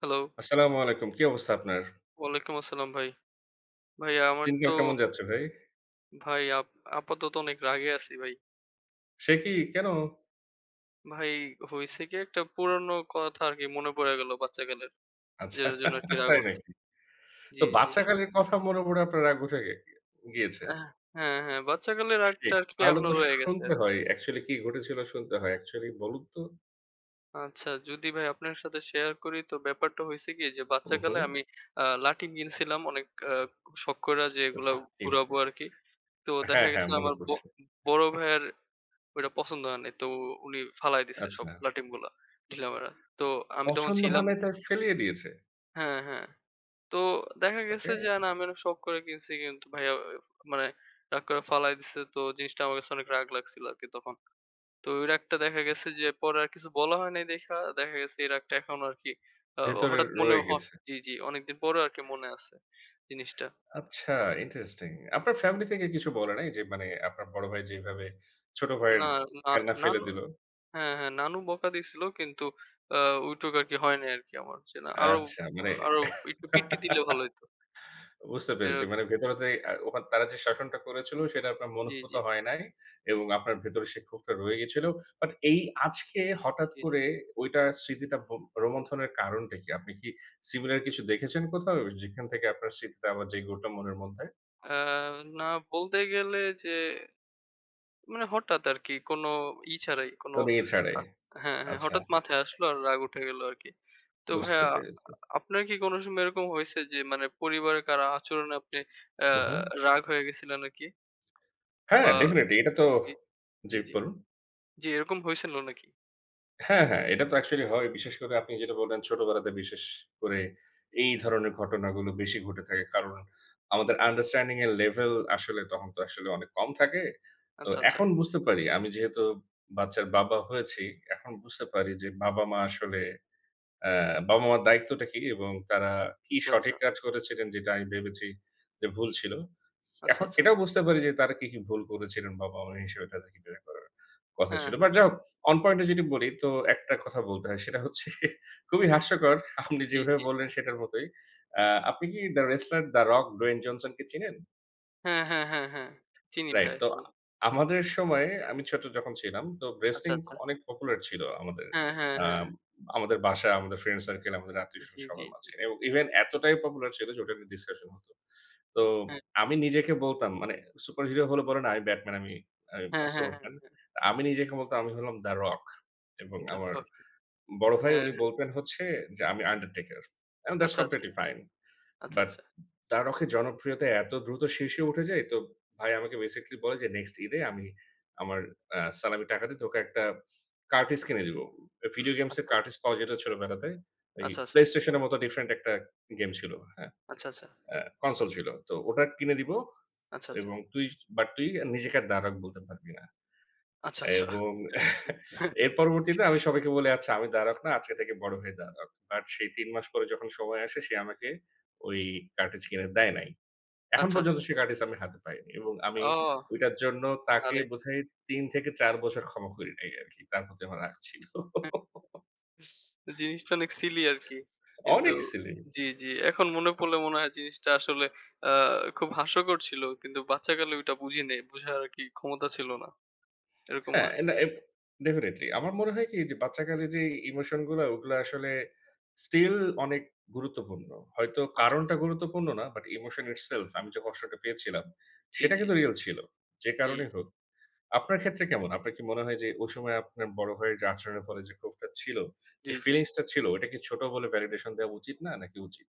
Hello. আসসালামু আলাইকুম। কি অবস্থা আপনার? ওয়ালাইকুম আসসালাম ভাই। ভাই আমার দিনকাল তো কেমন যাচ্ছে ভাই? ভাই আপ আপাতত অনেক রাগে আছি ভাই। সে কি? কেন? ভাই হইছে কি একটা পুরনো কথা আরকি মনে পড়ে গেল বাচ্চাকালের। আচ্ছা যেটার জন্য আরকি রাগ তাই উঠছে। নাকি? তো জি, জি। বাচ্চাকালের কথা মনে পড়ে আপনার রাগ উঠে গিয়েছে? আহ হ্যাঁ, হ্যাঁ, বাচ্চাকালের রাগটা শিট! আরকি তাহলে এখনো তো রয়ে গেছে শুনতে আরকি। হয়। অ্যাকচুয়ালি কি ঘটেছিল শুনতে হয়। অ্যাকচুয়ালি বলুন তো? আচ্ছা যদি ভাই আপনার সাথে শেয়ার করি, তো ব্যাপারটা হইছে কি যে উহু। বাচ্চাকালে আমি লাঠি কিনছিলাম অনেক আ শখ কইরা যে এগুলা আক্টিভ। ঘুরাবো আরকি। তো দেখা হ্যাঁ, হ্যাঁ গেছে মনে আমার পড়ছে। বড় ভাইয়ের ওইটা পছন্দ হয় নাই। তো উনি ফালায় দিছে সব আচ্ছা। লাটিমগুলা ঢিলা মারা। তো আমি তখন পছন্দ ছিলাম। হয় নাই তাই ফেলিয়ে দিয়েছে। হ্যাঁ, হ্যাঁ। তো দেখা গেছে ওকে? যে না, আমি অনেক শখ করে কিনছি কিন্তু ভাইয়া মানে রাগ করে ফালায় দিছে। তো জিনিসটা আমার কাছে অনেক রাগ লাগছিল আরকি তখন। তো ওই রাগটা দেখা গেছে যে পরে আর কিছু বলা হয় নাই দেইখা, দেখা গেছে এই রাগটা এখনো আরকি আ ভেতরে হঠাৎ মনে রয়ে হ গেছে। জি, জি। অনেকদিন পরেও আরকি মনে আছে জিনিসটা। আচ্ছা, ইন্টারেস্টিং। আপনার ফ্যামিলি থেকে কিছু বলে নাই? যে মানে আপনার বড় ভাই যেভাবে ছোট ভাইয়ের না, না, খেলনা নান ফেলে দিল? হ্যাঁ, হ্যাঁ, নানু বকা দিছিল কিন্তু আ ওইটুকু আরকি হয় নাই আরকি আমার। যে না, আরো, আচ্ছা মানে আরো একটু পিট্টি দিলে ভালো হইতো। বুঝতে পেরেছি। এরকম। মানে ভেতরে যে ওখান তারা যে শাসনটা করেছিল সেটা আপনার জি, জি, মনঃপুত জি, হয় নাই এবং আপনার ভেতরে সেই ক্ষোভটা রয়ে গিয়েছিল। বাট এই আজকে হঠাৎ জি। করে ওইটার স্মৃতিটা রোমন্থনের কারণটা কি? আপনি কি সিমিলার কিছু দেখেছেন কোথাও? যেখান থেকে আপনার স্মৃতিটা আবার জেগে উঠল মনের মধ্যে? আ না, বলতে গেলে যে মানে হঠাৎ আরকি কোনো ছাড়াই কোনো তবে এছাড়াই। আ হ্যাঁ, হ্যাঁ, আচ্ছা, হঠাৎ মাথায় আসলো আর রাগ উঠে গেল আরকি। তো বুঝতে ভাইয়া, পেরেছি। আপনার কি কোনো সময় এরকম হয়েছে যে মানে পরিবারের কারো আচরণে আপনি আ উহু। রাগ হয়ে গেছিলেন নাকি? হ্যাঁ, বা ডেফিনিটলি এটা তো জি, জি, জি, জি। বলুন। জি, এরকম হয়েছিল নাকি? হ্যাঁ, হ্যাঁ, এটা তো অ্যাকচুয়ালি হয়। বিশেষ করে আপনি যেটা বললেন ছোটবেলাতে বিশেষ করে এই ধরনের ঘটনাগুলো বেশি ঘটে থাকে। কারণ আমাদের আন্ডারস্ট্যান্ডিং এর লেভেল আসলে তখন তো আসলে অনেক কম থাকে। তো আচ্ছা, আচ্ছা, এখন বুঝতে পারি আমি যেহেতু বাচ্চার বাবা হয়েছি, এখন বুঝতে পারি যে বাবা-মা আসলে বাবা-মার দায়িত্বটা কি এবং তারা কি আচ্ছা, আচ্ছা, সঠিক কাজ করেছিলেন যেটা আমি ভেবেছি যে ভুল ছিল। আচ্ছা, এখন আচ্ছা। এটাও বুঝতে পারি যে তারা কি, কি ভুল করেছিলেন বাবা-মা হিসেবে তাদেরকে বের করার কথা হ্যাঁ, ছিল। বাট হ্যাঁ। যাই হোক অন পয়েন্ট এ যদি বলি তো একটা কথা বলতে হয় সেটা হচ্ছে খুবই হাস্যকর। আপনি জি, যেভাবে জি। বললেন সেটার মতোই। আ আপনি কি 'the wrestler' 'the Rock' 'Dwayne Johnson' কে চিনেন? হ্যাঁ, হ্যাঁ, হ্যাঁ, হ্যাঁ। চিনি রাইট। ভাইয়া, তো চিনি। আমাদের সময়ে আমি ছোট যখন ছিলাম তো আচ্ছা, ব্রেস্টিং আচ্ছা। অনেক পপুলার ছিল আমাদের হ্যাঁ, হ্যাঁ, আ হ্যাঁ। আমাদের বাসায়, আমাদের ফ্রেন্ড সার্কেল, আমাদের আত্মীয়স্বজন জি, জি, সবার জি। মাঝখানে এবং ইভেন এতটাই পপুলার ছিল যে ওটা নিয়ে ডিসকাশন হতো। তো হ্যাঁ, আমি নিজেকে বলতাম মানে সুপারহিরো হলে বলে না, "আমি ব্যাটম্যান, আমি আমি হ্যাঁ, হ্যাঁ, সুপারম্যান।" হ্যাঁ। আমি নিজেকে বলতাম আমি হলাম দ্য রক এবং আমার দেখো। বড় ভাই হ্যাঁ, উনি হ্যাঁ। বলতেন হচ্ছে যে আমি আন্ডারটেকার। And that's আচ্ছা, আচ্ছা, completely fine. আচ্ছা, But আচ্ছা, 'Tarok' এর জনপ্রিয়তা এত দ্রুত শীর্ষে উঠে যায় তো ভাই আমাকে বেসিক্যালি বলে যে নেক্সট ঈদে আমি আমার সালামির টাকা দিয়ে তোকে একটা কার্টিজ কিনে দিব। ভিডিও গেমস এর আচ্ছা, আচ্ছা, কার্টিজ পাওয়া যেত ছোটবেলাতে। এই আচ্ছা, PlayStation এর মতো ডিফারেন্ট একটা গেম ছিল। হ্যাঁ? আচ্ছা, আচ্ছা, আচ্ছা, আচ্ছা, আ কনসোল ছিল। তো ওটা কিনে দিব আচ্ছা, এবং তুই নিজেকে আর 'দারাক' বলতে পারবি না। আচ্ছা, আচ্ছা। এবং এর পরবর্তীতে আমি সবাইকে বলি, "আচ্ছা আমি 'দারাক' না আজকে থেকে বড় হয়ে 'দারাক'।" বাট সেই ৩ মাস পরে যখন সময় আসে সে আমাকে ওই কার্টিজ কিনে দেয় নাই। এখন আচ্ছা, পর্যন্ত আচ্ছা। সে কার্টিস আমি হাতে পাইনি এবং আমি ও, ওইটার জন্য তাকে আহারে! বোধহয় ৩ থেকে ৪ বছর ক্ষমা করি নাই আরকি। তার প্রতি আমার রাগ ছিল। জিনিসটা অনেক সিলি আরকি। কিন্তু অনেক সিলি। জি, জি। এখন মনে পড়লে মনে হয় জিনিসটা আসলে আ খুব হাস্যকর ছিল। কিন্তু বাচ্চাকালে ওইটা বুঝি নাই। বুঝার আরকি ক্ষমতা ছিল না। এরকম হ্যাঁ, হয়। না এব ডেফিনিটলি। আমার মনে হয় কি যে বাচ্চাকালে যে ইমোশন গুলা ওগুলা আসলে স্টিল অনেক গুরুত্বপূর্ণ। হয়তো আচ্ছা, কারণটা আচ্ছা। গুরুত্বপূর্ণ না, বাট ইমোশন ইটসেলফ আমি যে কষ্টটা পেয়েছিলাম জি, সেটা জি, কিন্তু রিয়াল ছিল। যে জি, কারণেই জি, হোক। আপনার ক্ষেত্রে কেমন? আপনার কি মনে হয় যে ওই সময় আপনার বড় ভাইয়ের যে আচরণের ফলে যে ক্ষোভটা ছিল, যে জি, জি। ফিলিংস টা ছিল ওটাকে ছোট বলে ভ্যালিডেশন দেওয়া উচিত না নাকি উচিত?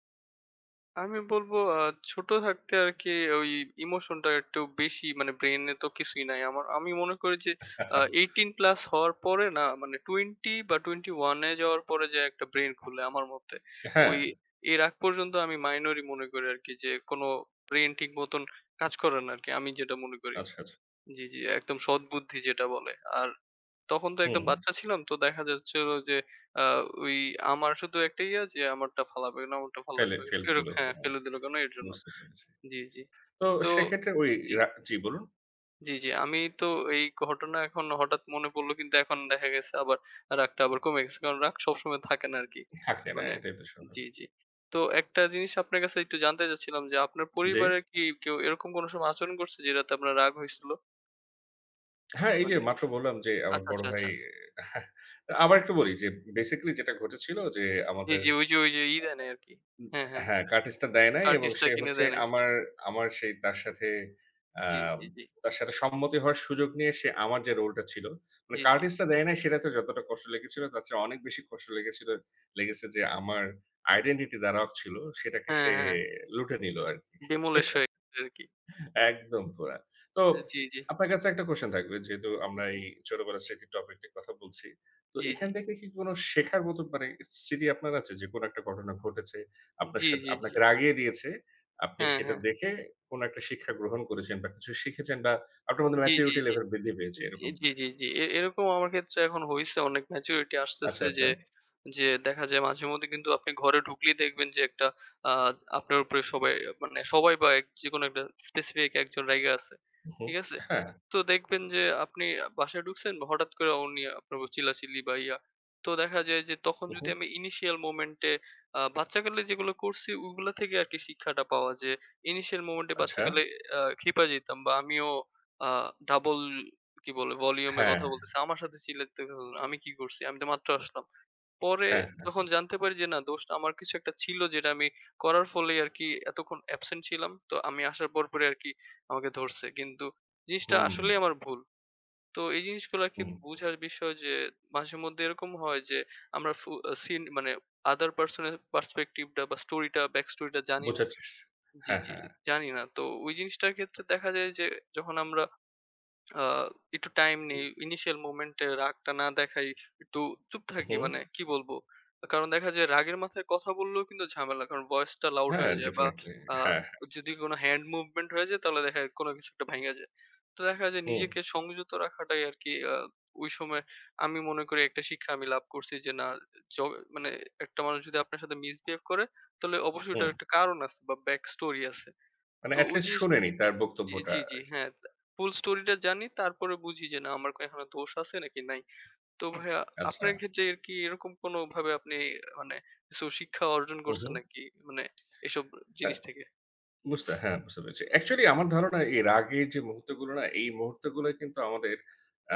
আমি বলবো ছোট থাকতে আরকি ওই ইমোশনটা একটু বেশি, মানে ব্রেইনে তো কিছুই নাই। আমি মনে করি যে 18 প্লাস হওয়ার পরে, না মানে 20 বা 21 এ যাওয়ার পরে যে একটা ব্রেইন খুলে আমার মতে। হ্যাঁ, ওই এর আগ পর্যন্ত আমি মাইনরই মনে করি আরকি, যে কোনো ব্রেইন ঠিক মতন কাজ করে না আরকি। আমি যেটা মনে করি। আচ্ছা, আচ্ছা। জি, জি, একদম সৎবুদ্ধি যেটা বলে। আর তখন তো একদম হুম, বাচ্চা ছিলাম। তো দেখা যাচ্ছিল যে আ ওই আমার শুধু একটা ইয়া যে আমারটা ফালাবে না, আমারটা ভাল ফেলে লাগবে না। ফেল দিল। হ্যাঁ, ফেলে দিল কেন এর জন্য। বুঝতে পেরেছি। জি, জি। তো তো সেক্ষেত্রে ওই জি, জি বলুন। জি, জি। আমি তো এই ঘটনা এখন হঠাৎ মনে পড়ল, কিন্তু এখন দেখা গেছে আবার রাগটা আবার কমে গেছে। কারণ রাগ সবসময় থাকে না আরকি। থাকতে না মানে এটাই তো জি, স্বাভাবিক। জি। তো একটা জিনিস আপনার কাছে একটু জানতে চাচ্ছিলাম যে আপনার জি। পরিবারে কি কেউ এরকম কোন সময় আচরণ করছে যেটাতে আপনার রাগ হয়েছিল? হ্যাঁ, এই যে মানে মাত্র বললাম যে আমার আচ্ছা, বড় আচ্ছা, ভাই আচ্ছা। আবার একটু বলি যে বেসিক্যালি যেটা ঘটেছিল যে জি, আমাদের জি। ওই যে, ওই যে ই দেয় নাই আরকি। উম হ্যাঁ, হ্যাঁ। হ্যাঁ, কার্টিসটা দেয় নাই এবং কার্টিজটা সে কিনে হচ্ছে দেয় নাই। আমার আমার সেই তার সাথে আ জি, জি, জি, তার সাথে সম্মতি হওয়ার সুযোগ নিয়ে সে আমার যে রোলটা ছিল, মানে জি, জি। কার্টিসটা দেয় নাই সেটাতে যতটা কষ্ট লেগেছিল তার চেয়ে অনেক বেশি কষ্ট লেগেছে যে আমার আইডেন্টিটি দ্বারা অক ছিল সেটাকে হ্যাঁ, সে হ্যাঁ। লুটে নিল ডে আরকি। ডেমোলিশ হয়ে গেছে আরকি। একদম পুরা। তো জি, জি, জি, আপনার কাছে একটা কোয়েশ্চেন থাকবে। যেহেতু আমরা এই ছোটবেলার স্মৃতির টপিক নিয়ে কথা বলছি। তো জি, জি, এখান থেকে কি কোনো শেখার মতো মানে স্মৃতি আপনার আছে যে কোনো একটা ঘটনা ঘটেছে, আপনার জি, সাথে জি, জি, জি। আপনাকে রাগিয়ে দিয়েছে। আপনি হ্যাঁ, সেটা হ্যাঁ। দেখে কোনো একটা শিক্ষা গ্রহণ করেছেন বা কিছু শিখেছেন বা আপনার মধ্যে জি, জি, ম্যাচুরিটি জি। লেভেল বৃদ্ধি পেয়েছে জি, এরকম জি, কিছু? জি, জি। এরকম আমার ক্ষেত্রে এখন হইছে অনেক ম্যাচুরিটি আচ্ছা, আসতেছে, আচ্ছা। যে, যে দেখা যায় মাঝেমধ্যে কিন্তু আপনি ঘরে ঢুকলেই দেখবেন যে একটা আ আপনার উপরে সবাই, মানে সবাই বা এক, যেকোনো একটা স্পেসিফিক একজন রাইগা আছে। উহু, ঠিক আছে? হ্যাঁ, তো দেখবেন যে আপনি বাসায় ঢুকছেন হঠাৎ করে উনি আপনার উপর চিল্লাচিল্লি বা ইয়া। তো দেখা যায় যে তখন যদি উহু, আমি ইনিশিয়াল মোমেন্ট এ বাচ্চাকালে যেগুলো করছি ওগুলা থেকে আরকি শিক্ষাটা পাওয়া যে ইনিশিয়াল মোমেন্ট এ আচ্ছা। বাচ্চাকালে খেপা যেতাম বা আমিও আ ডাবল কি বলে ভলিউম এ হ্যাঁ, কথা বলতেছে। আমার সাথে চিল্লাতে থাকলো। আমি কি করছি? আমি তো মাত্র আসলাম। পরে হ্যাঁ, যখন জানতে পারি যে না, দোষটা আমার কিছু একটা ছিল, যেটা আমি করার ফলেই আরকি এতক্ষণ অ্যাবসেন্ট ছিলাম। তো আমি আসার পরপরই আরকি আমাকে ধরছে। কিন্তু জিনিসটা হুম, আসলেই আমার ভুল। তো এই জিনিসগুলো আরকি হুম। বুঝার বিষয় যে মাঝেমধ্যে এরকম হয় যে আমরা ফু আ সিন, মানে other person এর perspective টা বা স্টোরিটা, ব্যাক স্টোরিটা জানি না। বোঝার চেষ্টা জি, হ্যাঁ, জি, হ্যাঁ। জানি না। তো ওই জিনিসটার ক্ষেত্রে দেখা যায় যে যখন আমরা আ একটু টাইম নেই। ইনিশিয়াল মোমেন্ট এ রাগটা না দেখাই, একটু চুপ থাকি, উহু, মানে কি বলবো? কারণ দেখা যায় রাগের মাথায় কথা বললেও কিন্তু ঝামেলা। কারণ ভয়েসটা লাউড হ্যাঁ, হয়ে যায় বা ডেফিনিটলি। আ হ্যাঁ, হ্যাঁ। যদি কোনো হ্যান্ড মুভমেন্ট হয়ে যায় তাহলে দেখা যায় কোনো কিছু একটা ভাইঙা যায়। তো দেখা যায় হুম, নিজেকে সংযত রাখাটাই আরকি ওই সময় আমি মনে করি একটা শিক্ষা আমি লাভ করছি যে না, জ মানে একটা মানুষ যদি আপনার সাথে মিসবিহেভ করে তাহলে অবশ্যই হুম। ওটার একটা কারণ আছে বা ব্যাক স্টোরি আছে। মানে তো এট ওই লিস্ট জিনিস শোনেনি তার জি, বক্তব্যটা। জি, জি। হ্যাঁ, ফুল স্টোরিটা জানি, তারপরে বুঝি যে না আমার এখানে দোষ আছে নাকি নাই। তো ভাইয়া, আচ্ছা। আপনার ক্ষেত্রে এর কি এরকম কোনোভাবে আপনি মানে কিছু শিক্ষা অর্জন হু, হু। করছেন নাকি? মানে এসব হ্যাঁ, জিনিস থেকে? হ্যাঁ, বুঝতে পেরেছি। অ্যাকচুয়ালি আমার ধারণা এর আগের যে মুহূর্তগুলো না, এই মুহূর্তগুলোই কিন্তু আমাদের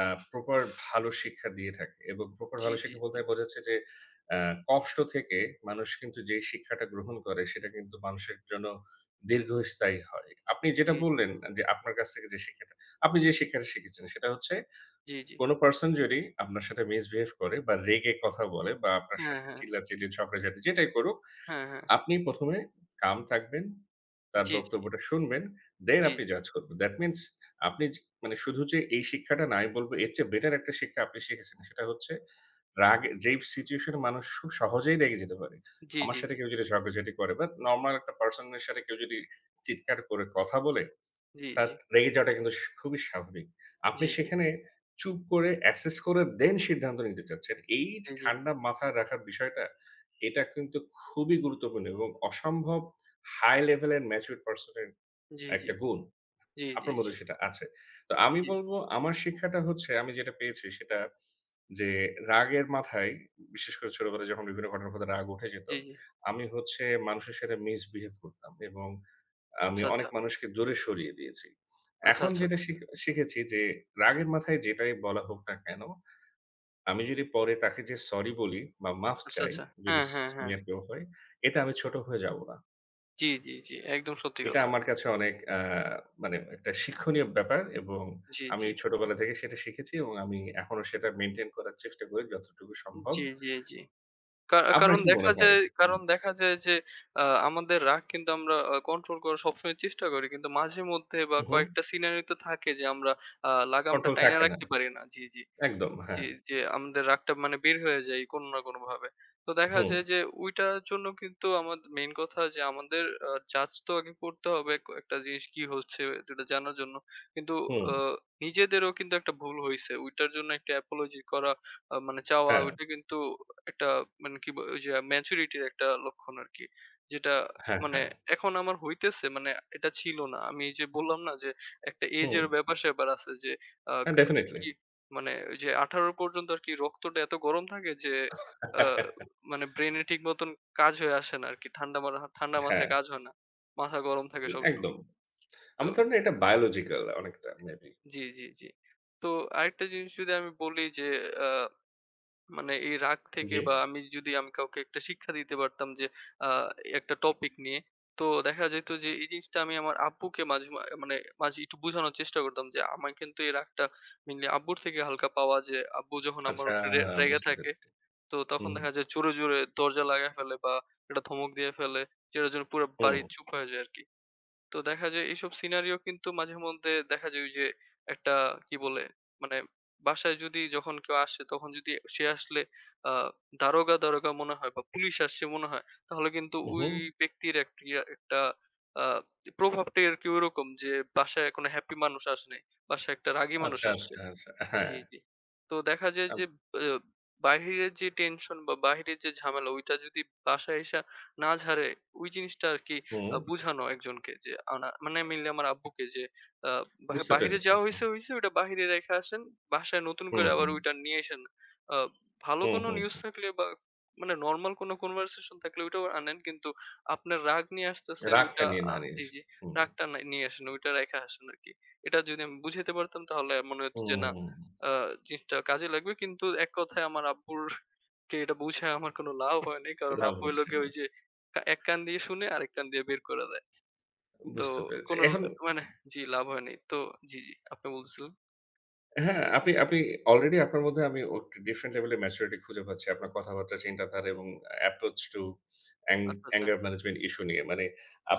আ প্রপার ভালো শিক্ষা দিয়ে থাকে এবং প্রপার জি, ভালো জি, শিক্ষা বলতে জি। বোঝাচ্ছে যে আ কষ্ট থেকে মানুষ কিন্তু যে শিক্ষাটা গ্রহণ করে সেটা কিন্তু মানুষের জন্য দীর্ঘস্থায়ী হয়। আপনি যেটা জি, জি, বললেন যে আপনার কাছ থেকে যে শিক্ষাটা আপনি যে শিক্ষাটা শিখেছেন সেটা হচ্ছে জি, জি। কোন পারসন যদি আপনার সাথে মিসবিহেভ করে বা রেগে কথা বলে বা আপনার হ্যাঁ, সাথে হ্যাঁ, চিল্লাচিল্লি ঝগড়াঝাটি যেটাই করুক হ্যাঁ, হ্যাঁ। আপনি ১ম এ calm থাকবেন, তার জি, জি, বক্তব্যটা শুনবেন, then জি, আপনি জাজ করবেন। That means আপনি যে মানে শুধু যে এই শিক্ষাটা না, আমি বলব এর চেয়ে বেটার একটা শিক্ষা আপনি শিখেছেন। সেটা হচ্ছে রাগ যেই situation এ মানুষ খুব সহজেই রেগে যেতে পারে। জি, আমার জি, সাথে জি, কেউ যদি ঝগড়াঝাটি করে বা নরমাল একটা পারসন এর সাথে কেউ যদি চিৎকার করে কথা বলে, জি, তার জি, রেগে যাওয়াটা কিন্তু খুবই স্বাভাবিক। জি, আপনি জি, জি, সেখানে চুপ করে assess করে then সিদ্ধান্ত নিতে চাচ্ছেন। এই যে জি, ঠান্ডা মাথায় রাখার বিষয়টা, এটা কিন্তু খুবই গুরুত্বপূর্ণ এবং অসম্ভব high level এর matured person এর জি, একটা গুণ। জি, জি, আপনার জি, মধ্যে সেটা আছে। তো আমি জি, বলব আমার শিক্ষাটা হচ্ছে আমি যেটা পেয়েছি সেটা যে রাগের মাথায় বিশেষ করে ছোটবেলায় যখন বিভিন্ন ঘটনার কথা রাগ উঠে যেত, জি, জি। আমি হচ্ছে মানুষের সাথে misbehave করতাম এবং আমি আচ্ছা, আচ্ছা, অনেক মানুষকে দূরে সরিয়ে দিয়েছি। আচ্ছা, এখন আচ্ছা, যেটা শিখেছি যে রাগের মাথায় যেটাই বলা হোক না কেন, আমি যদি পরে তাকে যে সরি বলি বা মাফ আচ্ছা, চাই আচ্ছা। যদি হ্যাঁ, হ্যাঁ, হ্যাঁ। সিনিয়র কেউ হয়, এতে আমি ছোট হয়ে যাব না। জি, জি, জি। একদম সত্যি এটা কথা। আমার কাছে অনেক মানে একটা শিক্ষণীয় ব্যাপার এবং জি, আমি জি, ছোটবেলা থেকে সেটা শিখেছি এবং আমি এখনো সেটা মেইনটেইন করার চেষ্টা করি যতটুকু সম্ভব। জি, জি, জি। আপনার কারণ কি মনে দেখা হয়? যায়, হুম, কারণ দেখা যায় যে আ আমাদের রাগ কিন্তু আমরা কন্ট্রোল করার সবসময় চেষ্টা করি। কিন্তু মাঝেমধ্যে বা হুম, কয়েকটা সিনারি তো থাকে যে আমরা লাগামটা কন্ট্রোল টাইনা থাকে না। রাখতে পারি না। জি, জি। একদম হ্যাঁ। জি, জি, আমাদের রাগটা মানে বের হয়ে যায় কোনো না কোনোভাবে। তো দেখা হুম, যায় যে ওইটার জন্য কিন্তু আমার মেইন কথা যে আমাদের জাজ তো আগে করতে হবে, একটা জিনিস কি হচ্ছে এটা জানার জন্য। কিন্তু হুম, আ নিজেদেরও কিন্তু একটা ভুল হইছে। ওইটার জন্য একটা apology করা, মানে চাওয়া, হ্যাঁ, ওইটা কিন্তু একটা, মানে কি ব ওই যে ম্যাচুরিটির একটা লক্ষণ আরকি। যেটা হ্যাঁ, মানে হ্যাঁ। এখন আমার হইতেছে, মানে এটা ছিল না। আমি এই যে বললাম না যে একটা হুম, এজের ব্যাপার-স্যাপার আছে যে আ ক হ্যাঁ, ডেফিনিটলি। কি মানে ওই যে 18 পর্যন্ত আরকি রক্তটা এত গরম থাকে যে আ মানে ব্রেইনে ঠিক মতন কাজ হয়ে আসে না আরকি। ঠান্ডা হ্যাঁ, মাথায় কাজ হয় না। মাথা গরম থাকে সবসময়। একদম। তো আমার ধারণা এটা বায়োলজিক্যাল অনেকটা মেবি। জি, জি, জি। তো আরেকটা জিনিস যদি আমি বলি যে আ মানে এই রাগ থেকে, জি। বা আমি যদি কাউকে একটা শিক্ষা দিতে পারতাম যে আ একটা টপিক নিয়ে, তো দেখা যেত যে এই জিনিসটা আমি আমার আব্বুকে মাঝে মা মানে মাঝে একটু বোঝানোর চেষ্টা করতাম যে আমার কিন্তু এই রাগটা মেইনলি আব্বুর থেকে হালকা পাওয়া, যে আব্বু যখন আমার আচ্ছা, উপর রেগে বুঝতে থাকে পেরেছি। তো তখন হুম, দেখা যায় জোরে, জোরে দরজা লাগায় ফেলে বা একটা ধমক দিয়ে ফেলে। যেটার জন্য পুরা বাড়ি হুম, চুপ হয়ে যায় আরকি। তো দেখা যায় এইসব সিনারিও কিন্তু মাঝেমধ্যে দেখা যায় ওইযে একটা কি বলে? মানে বাসায় যদি, যখন কেউ আসে তখন যদি সে আসলে আ দারোগা, দারোগা মনে হয় বা পুলিশ আসছে মনে হয়, তাহলে কিন্তু ওই হুম। ব্যক্তির এক ইয়া একটা আ প্রভাবটাই আরকি ওইরকম যে বাসায় কোনো হ্যাপি মানুষ আসে নাই। বাসায় একটা রাগী মানুষ আচ্ছা, আসছে। আচ্ছা, আচ্ছা। জি, হ্যাঁ, জি। তো দেখা যায় আব যে আ বাহিরের যে টেনশন বা বাহিরের যে ঝামেলা ওইটা যদি বাসায় আইসা না ঝাড়ে, ওই জিনিসটা আরকি হুম, বুঝানো একজনকে, যে আনা মানে মেইনলি আমার আব্বুকে যে আ বাহ বুঝতে বাহিরে পেরেছি। যাওয়া হইছে, হইছে, ওইটা বাহিরে রাইখা আসেন। বাসায় নতুন হুম, করে আবার হুম, ওইটা নিয়ে আইসেন না। আ ভালো হুম, কোনো হুম। নিউজ থাকলে বা মানে নরমাল কোনো কনভারসেশন থাকলে ওইটাও আনেন। কিন্তু আপনার রাগ নিয়ে আসতেছেন ওইটা রাগটা নিয়ে না নিয়ে জি, এসে। জি। হুম, রাগটা নাই, নিয়ে আসেন না, ওইটা রাইখা আসেন আরকি। এটা যদি আমি বুঝাইতে পারতাম তাহলে মনে হতো যে না হুম, আ জিনিসটা কাজে লাগবে। কিন্তু এক কথায়, আমার আব্বুর কে এটা বুঝায় আমার কোনো লাভ হয় নাই। কারণ লাভ আব্বু হইলো হচ্ছে গিয়ে না। ওই যে এক কান দিয়ে শুনে আরেক কান দিয়ে বের করে দেয়। তো বুঝতে পেরেছি। কোনো এখন মানে জি, লাভ হয় নাই। তো জি, জি, আপনি বলতেছিলেন। হ্যাঁ, আপনি আপনি অলরেডি আপনার মধ্যে আমি ও ডিফারেন্ট লেভেলের ম্যাচুরিটি খুঁজে পাচ্ছি। আপনার কথাবার্তা, চিন্তাধারা এবং অ্যাপ্রোচ টু অ্যাং আচ্ছা, আচ্ছা। অ্যাঙ্গার ম্যানেজমেন্ট ইস্যু নিয়ে। মানে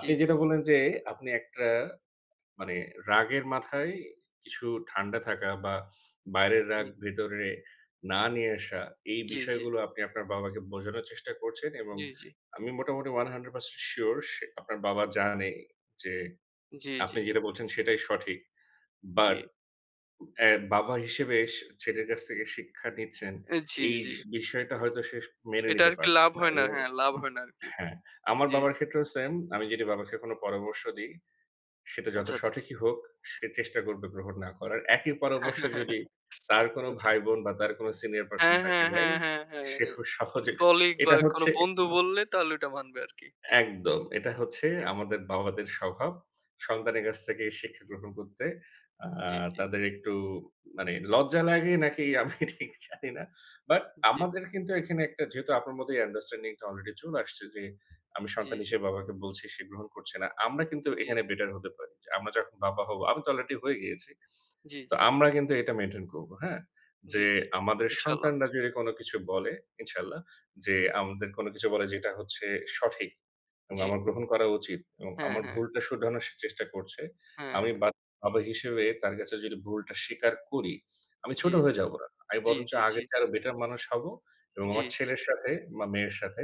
জি, জি, যেটা বললেন যে, আপনি একটা মানে রাগের মাথায় কিছু ঠান্ডা থাকা বা বাইরের রাগ জি, ভেতরে না নিয়ে আসা, এই জি, জি, বিষয়গুলো আপনি আপনার বাবাকে বোঝানোর চেষ্টা করছেন এবং জি, আমি মোটামুটি 100% সিউর সে আপনার বাবা জানে যে, জি, জি, আপনি যেটা বলছেন সেটাই সঠিক। জি, বাট বাবা হিসেবে সে ছেলের কাছ থেকে শিক্ষা নিচ্ছেন, এ, জি, এই জি। স বিষয়টা হয়তো সে মেনে এটা নিতে আরকি পারছেন লাভ না হয় না। এবং হ্যাঁ, লাভ হয় না আরকি। হ্যাঁ, আমার জি। বাবার ক্ষেত্রেও সেম। আমি যদি বাবাকে কোনো পরামর্শ দিই, সেটা যত আচ্ছা, আচ্ছা। সঠিকই হোক, সে চেষ্টা করবে গ্রহণ না করার। একই পরামর্শ যদি তার কোনো আচ্ছা। ভাই-বোন বা তার কোনো সিনিয়র পারসন হ্যাঁ, তাকে হ্যাঁ, দেয়, হ্যাঁ, হ্যাঁ, হ্যাঁ, সে হ্যাঁ। খুব সহজে কলিগ বা এটা কোনো হচ্ছে বন্ধু বললে তাহলে ওইটা মানবে আরকি। একদম। এটা হচ্ছে আমাদের বাবাদের স্বভাব। সন্তানের কাছ থেকে শিক্ষা গ্রহণ করতে। আ জি, জি। তাদের একটু মানে লজ্জা লাগে নাকি আমি ঠিক জানি না। বাট জি, আমাদের কিন্তু এখানে একটা যেহেতু আপনার মধ্যে এই আন্ডারস্ট্যান্ডিং টা অলরেডি চলে আসছে যে, আমি জি, সন্তান জি, হিসেবে বাবাকে বলছি, সে গ্রহণ করছে না। আমরা কিন্তু এখানে বেটার হতে পারি। যে আমরা যখন বাবা হব, আমি তো অলরেডি হয়ে গিয়েছি। জি, তো জি, আমরা কিন্তু এটা মেইনটেইন করব, হ্যাঁ? জি, যে জি, আমাদের ইনশাআল্লাহ। সন্তানরা যদি কোন কিছু বলে, ইনশাআল্লাহ যে আমাদের কোন কিছু বলে যেটা হচ্ছে সঠিক। এবং জি। আমার গ্রহণ করা উচিত এবং হ্যাঁ, আমার হ্যাঁ, ভুলটা শুধরানোর সে চেষ্টা করছে। হ্যাঁ, আমি হ্যাঁ। বা বাবা হিসেবে তার কাছে যদি ভুলটা স্বীকার করি, আমি জি, ছোট জি, হয়ে যাব না। আমি জি, বরঞ্চ জি, জি, আগের চেয়ে আরো বেটার মানুষ হব এবং জি, আমার জি। ছেলের সাথে বা মেয়ের সাথে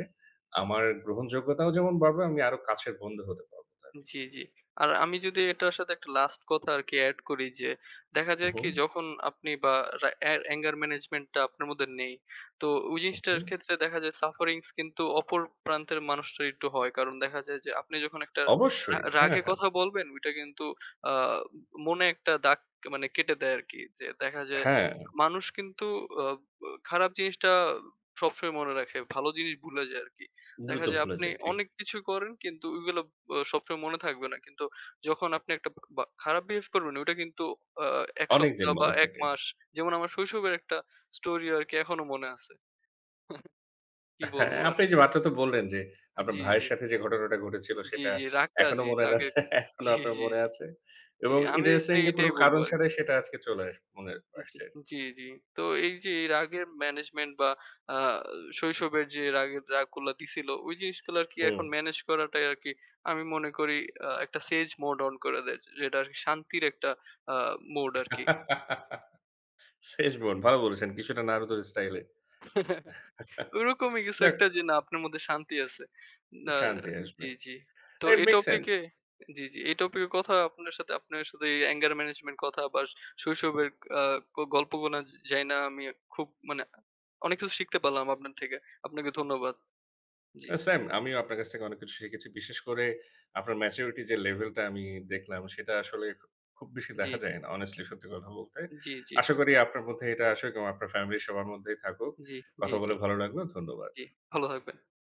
আমার গ্রহণযোগ্যতাও যেমন বাড়বে, আমি আরো কাছের বন্ধু হতে পারব তার। জি, জি। আর আমি যদি এটার সাথে একটা লাস্ট কথা আরকি এড করি যে, দেখা যায় উহু, কি যখন আপনি বা রা অ্যা anger management টা আপনার মধ্যে নেই। তো ওই জিনিসটার উহু। ক্ষেত্রে দেখা যায় sufferings কিন্তু অপর প্রান্তের মানুষটার একটু হয়। কারণ দেখা যায় যে আপনি যখন একটা অবশ্যই। হ্যাঁ, রাগে হ্যাঁ। কথা বলবেন ওইটা কিন্তু আ মনে একটা দাগ, মানে কেটে দেয় আরকি। যে দেখা যায় হ্যাঁ, মানুষ কিন্তু আ খারাপ জিনিসটা সবসময় মনে রাখে। ভালো জিনিস ভুলে যায় আরকি। দেখা দ্রুত যায় ভুলে আপনি যাই। ঠিক। অনেক কিছু করেন কিন্তু ওইগুলো সবসময় মনে থাকবে না। কিন্তু যখন আপনি একটা বা খারাপ বিহেভ করবেন ওইটা কিন্তু আ ১ অনেকদিন সপ্তাহ বা মনে ১ থাকে। মাস, যেমন আমার শৈশবের একটা স্টোরি আরকি এখনো মনে আছে। কি হ্যাঁ, বলবো আর? আপনি যে মাত্র তো বললেন যে, আপনার জি, জি। ভাইয়ের সাথে যে ঘটনাটা ঘটেছিল জি, সেটা জি। রাগটা এখনো জি, মনে না রাগের এখনো জি, আপনার জি, মনে জি। আছে জি, এবং আমি তাই ইন্টারেস্টিংলি কোনো এটাই বলবো কারণ আরকি। ছাড়াই সেটা আজকে চলে আস মনে জি, আসছে। জি, জি। তো এই যে এর আগের ম্যানেজমেন্ট বা আ শৈশবের যে রাগগুলা দিছিল ওই জিনিসগুলো আরকি হুম। এখন ম্যানেজ করাটাই আরকি আমি মনে করি একটা সেজ মোড অন করে দেয়। যেটা আরকি শান্তির একটা আ মোড আরকি। শেষ বোন ভালো বলেছেন কিছুটা নারুতোর স্টাইলে। ওরকমই কিছু যাক একটা, যে না আপনার মধ্যে শান্তি আছে। না, শান্তি আসবে। জি, জি। তো ইট এই মেক সেন্স। টপিকে জি, জি। এই টপিকে কথা, আপনার সাথে এই anger management কথা বা শৈশবের আ গল্পগুলা, যাইনা আমি খুব, মানে অনেক কিছু শিখতে পারলাম আপনার থেকে। আপনাকে ধন্যবাদ। জি, সেম আমিও আপনার কাছ থেকে অনেক কিছু শিখেছি। বিশেষ করে আপনার ম্যাচুরিটি যে লেভেলটা আমি দেখলাম সেটা আসলে খুব বেশি জি, দেখা জি, যায় না honestly সত্যি কথা বলতে। জি, জি, আশা করি আপনার মধ্যে এটা আসুক এবং আপনার ফ্যামিলির সবার মধ্যেই থাকুক। জি, জি, কথা জি, বলে ভালো লাগলো। ধন্যবাদ। জি। ভালো থাকবেন। আল্লাহ